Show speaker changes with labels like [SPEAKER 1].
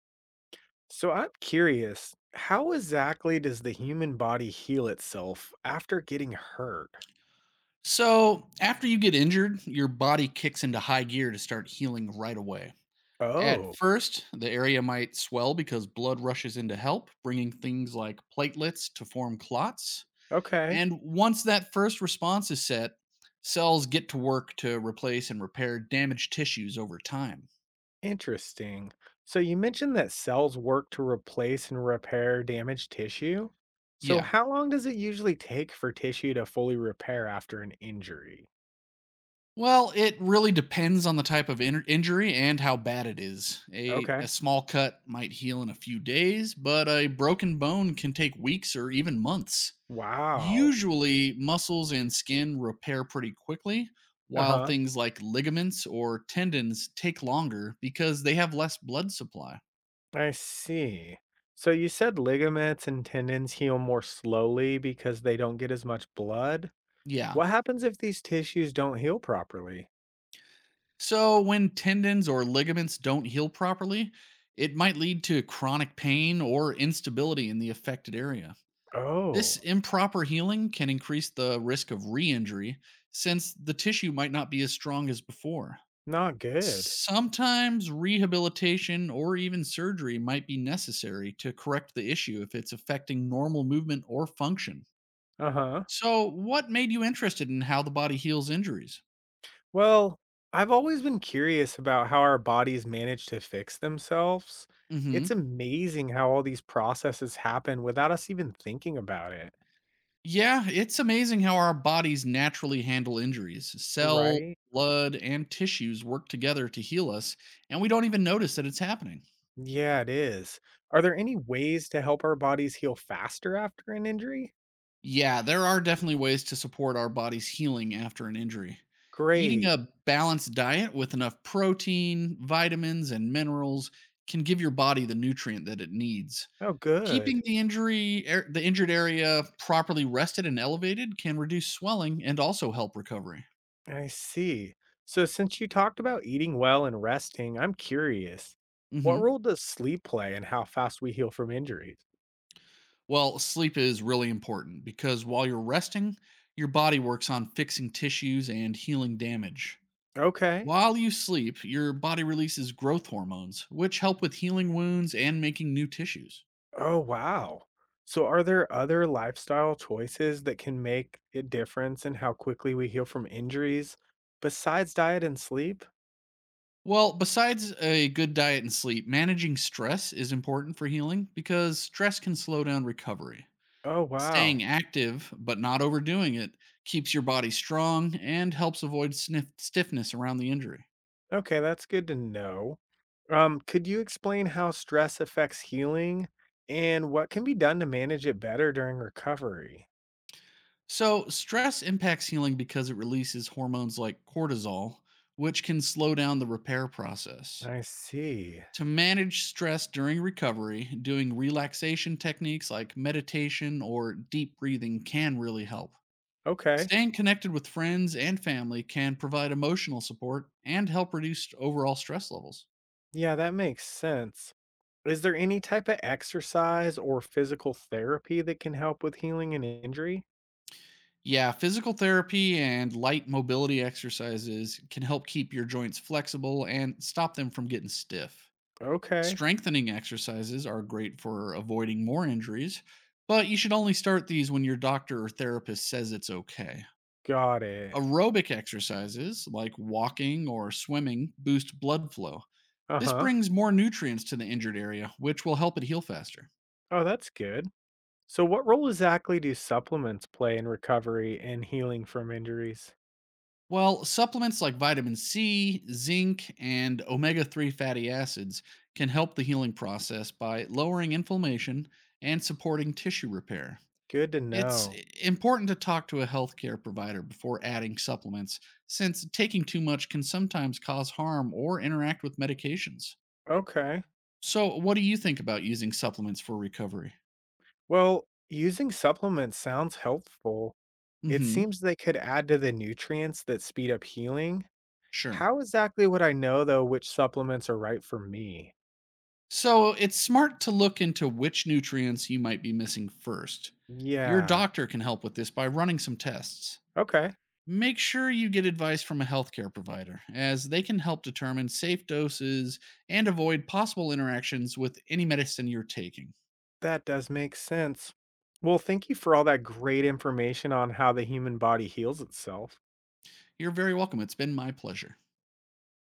[SPEAKER 1] So I'm curious, how exactly does the human body heal itself after getting hurt?
[SPEAKER 2] So, after you get injured, your body kicks into high gear to start healing right away. At
[SPEAKER 1] Oh,
[SPEAKER 2] first, the area might swell because blood rushes in to help, bringing things like platelets to form clots.
[SPEAKER 1] okay.
[SPEAKER 2] And once that first response is set, cells get to work to replace and repair damaged tissues over time.
[SPEAKER 1] Interesting. So you mentioned that cells work to replace and repair damaged tissue. So
[SPEAKER 2] Yeah,
[SPEAKER 1] how long does it usually take for tissue to fully repair after an injury?
[SPEAKER 2] well, it really depends on the type of injury and how bad it is. A,
[SPEAKER 1] Okay.
[SPEAKER 2] a small cut might heal in a few days, but a broken bone can take weeks or even months.
[SPEAKER 1] Wow.
[SPEAKER 2] Usually, muscles and skin repair pretty quickly, while
[SPEAKER 1] Uh-huh.
[SPEAKER 2] things like ligaments or tendons take longer because they have less blood supply.
[SPEAKER 1] I see. So you said ligaments and tendons heal more slowly because they don't get as much blood?
[SPEAKER 2] Yeah.
[SPEAKER 1] What happens if these tissues don't heal properly?
[SPEAKER 2] So, when tendons or ligaments don't heal properly, it might lead to chronic pain or instability in the affected area. This
[SPEAKER 1] Oh,
[SPEAKER 2] improper healing can increase the risk of re injury since the tissue might not be as strong as before.
[SPEAKER 1] not good.
[SPEAKER 2] Sometimes rehabilitation or even surgery might be necessary to correct the issue if it's affecting normal movement or function.
[SPEAKER 1] Uh huh.
[SPEAKER 2] So, what made you interested in how the body heals injuries?
[SPEAKER 1] Well, I've always been curious about how our bodies manage to fix themselves.
[SPEAKER 2] Hmm.
[SPEAKER 1] It's amazing how all these processes happen without us even thinking about it.
[SPEAKER 2] Yeah, it's amazing how our bodies naturally handle injuries. Cells,
[SPEAKER 1] Right?
[SPEAKER 2] blood, and tissues work together to heal us, and we don't even notice that it's happening.
[SPEAKER 1] Yeah, it is. Are there any ways to help our bodies heal faster after an injury?
[SPEAKER 2] Yeah, there are definitely ways to support our body's healing after an injury. Eating
[SPEAKER 1] Great.
[SPEAKER 2] a balanced diet with enough protein, vitamins, and minerals can give your body the nutrient that it needs.
[SPEAKER 1] Oh, good.
[SPEAKER 2] Keeping the injured area properly rested and elevated can reduce swelling and also help recovery.
[SPEAKER 1] I see. So, since you talked about eating well and resting, I'm curious what
[SPEAKER 2] Hmm.
[SPEAKER 1] role does sleep play in how fast we heal from injuries?
[SPEAKER 2] Well, sleep is really important because while you're resting, your body works on fixing tissues and healing damage.
[SPEAKER 1] Okay.
[SPEAKER 2] While you sleep, your body releases growth hormones, which help with healing wounds and making new tissues.
[SPEAKER 1] Oh, wow. So, are there other lifestyle choices that can make a difference in how quickly we heal from injuries besides diet and sleep?
[SPEAKER 2] Well, besides a good diet and sleep, managing stress is important for healing because stress can slow down recovery.
[SPEAKER 1] Oh,
[SPEAKER 2] Staying
[SPEAKER 1] wow.
[SPEAKER 2] active, but not overdoing it, keeps your body strong and helps avoid stiffness around the injury.
[SPEAKER 1] Okay, that's good to know. Could you explain how stress affects healing and what can be done to manage it better during recovery?
[SPEAKER 2] So, stress impacts healing because it releases hormones like cortisol, which can slow down the repair process.
[SPEAKER 1] I see.
[SPEAKER 2] To manage stress during recovery, doing relaxation techniques like meditation or deep breathing can really help.
[SPEAKER 1] Okay.
[SPEAKER 2] Staying connected with friends and family can provide emotional support and help reduce overall stress levels.
[SPEAKER 1] Yeah, that makes sense. Is there any type of exercise or physical therapy that can help with healing an injury?
[SPEAKER 2] Yeah, physical therapy and light mobility exercises can help keep your joints flexible and stop them from getting stiff.
[SPEAKER 1] Okay.
[SPEAKER 2] Strengthening exercises are great for avoiding more injuries, but you should only start these when your doctor or therapist says it's okay.
[SPEAKER 1] Got it.
[SPEAKER 2] Aerobic exercises like walking or swimming boost blood flow.
[SPEAKER 1] Uh
[SPEAKER 2] This
[SPEAKER 1] huh.
[SPEAKER 2] brings more nutrients to the injured area, which will help it heal faster.
[SPEAKER 1] Oh, that's good. So, what role exactly do supplements play in recovery and healing from injuries?
[SPEAKER 2] While supplements like vitamin C, zinc, and omega 3 fatty acids can help the healing process by lowering inflammation and supporting tissue repair.
[SPEAKER 1] Good to
[SPEAKER 2] It's
[SPEAKER 1] know.
[SPEAKER 2] important to talk to a healthcare provider before adding supplements, since taking too much can sometimes cause harm or interact with medications.
[SPEAKER 1] Okay.
[SPEAKER 2] So, what do you think about using supplements for recovery?
[SPEAKER 1] Well, using supplements sounds helpful. It
[SPEAKER 2] Mhm.
[SPEAKER 1] seems they could add to the nutrients that speed up healing.
[SPEAKER 2] Sure.
[SPEAKER 1] How exactly would I know, though, which supplements are right for me?
[SPEAKER 2] So, it's smart to look into which nutrients you might be missing first. Your
[SPEAKER 1] Yeah.
[SPEAKER 2] doctor can help with this by running some tests.
[SPEAKER 1] Okay,
[SPEAKER 2] Make sure you get advice from a healthcare provider, as they can help determine safe doses and avoid possible interactions with any medicine you're taking.
[SPEAKER 1] that does make sense. Well, thank you for all that great information on how the human body heals itself.
[SPEAKER 2] You're very welcome. It's been my pleasure.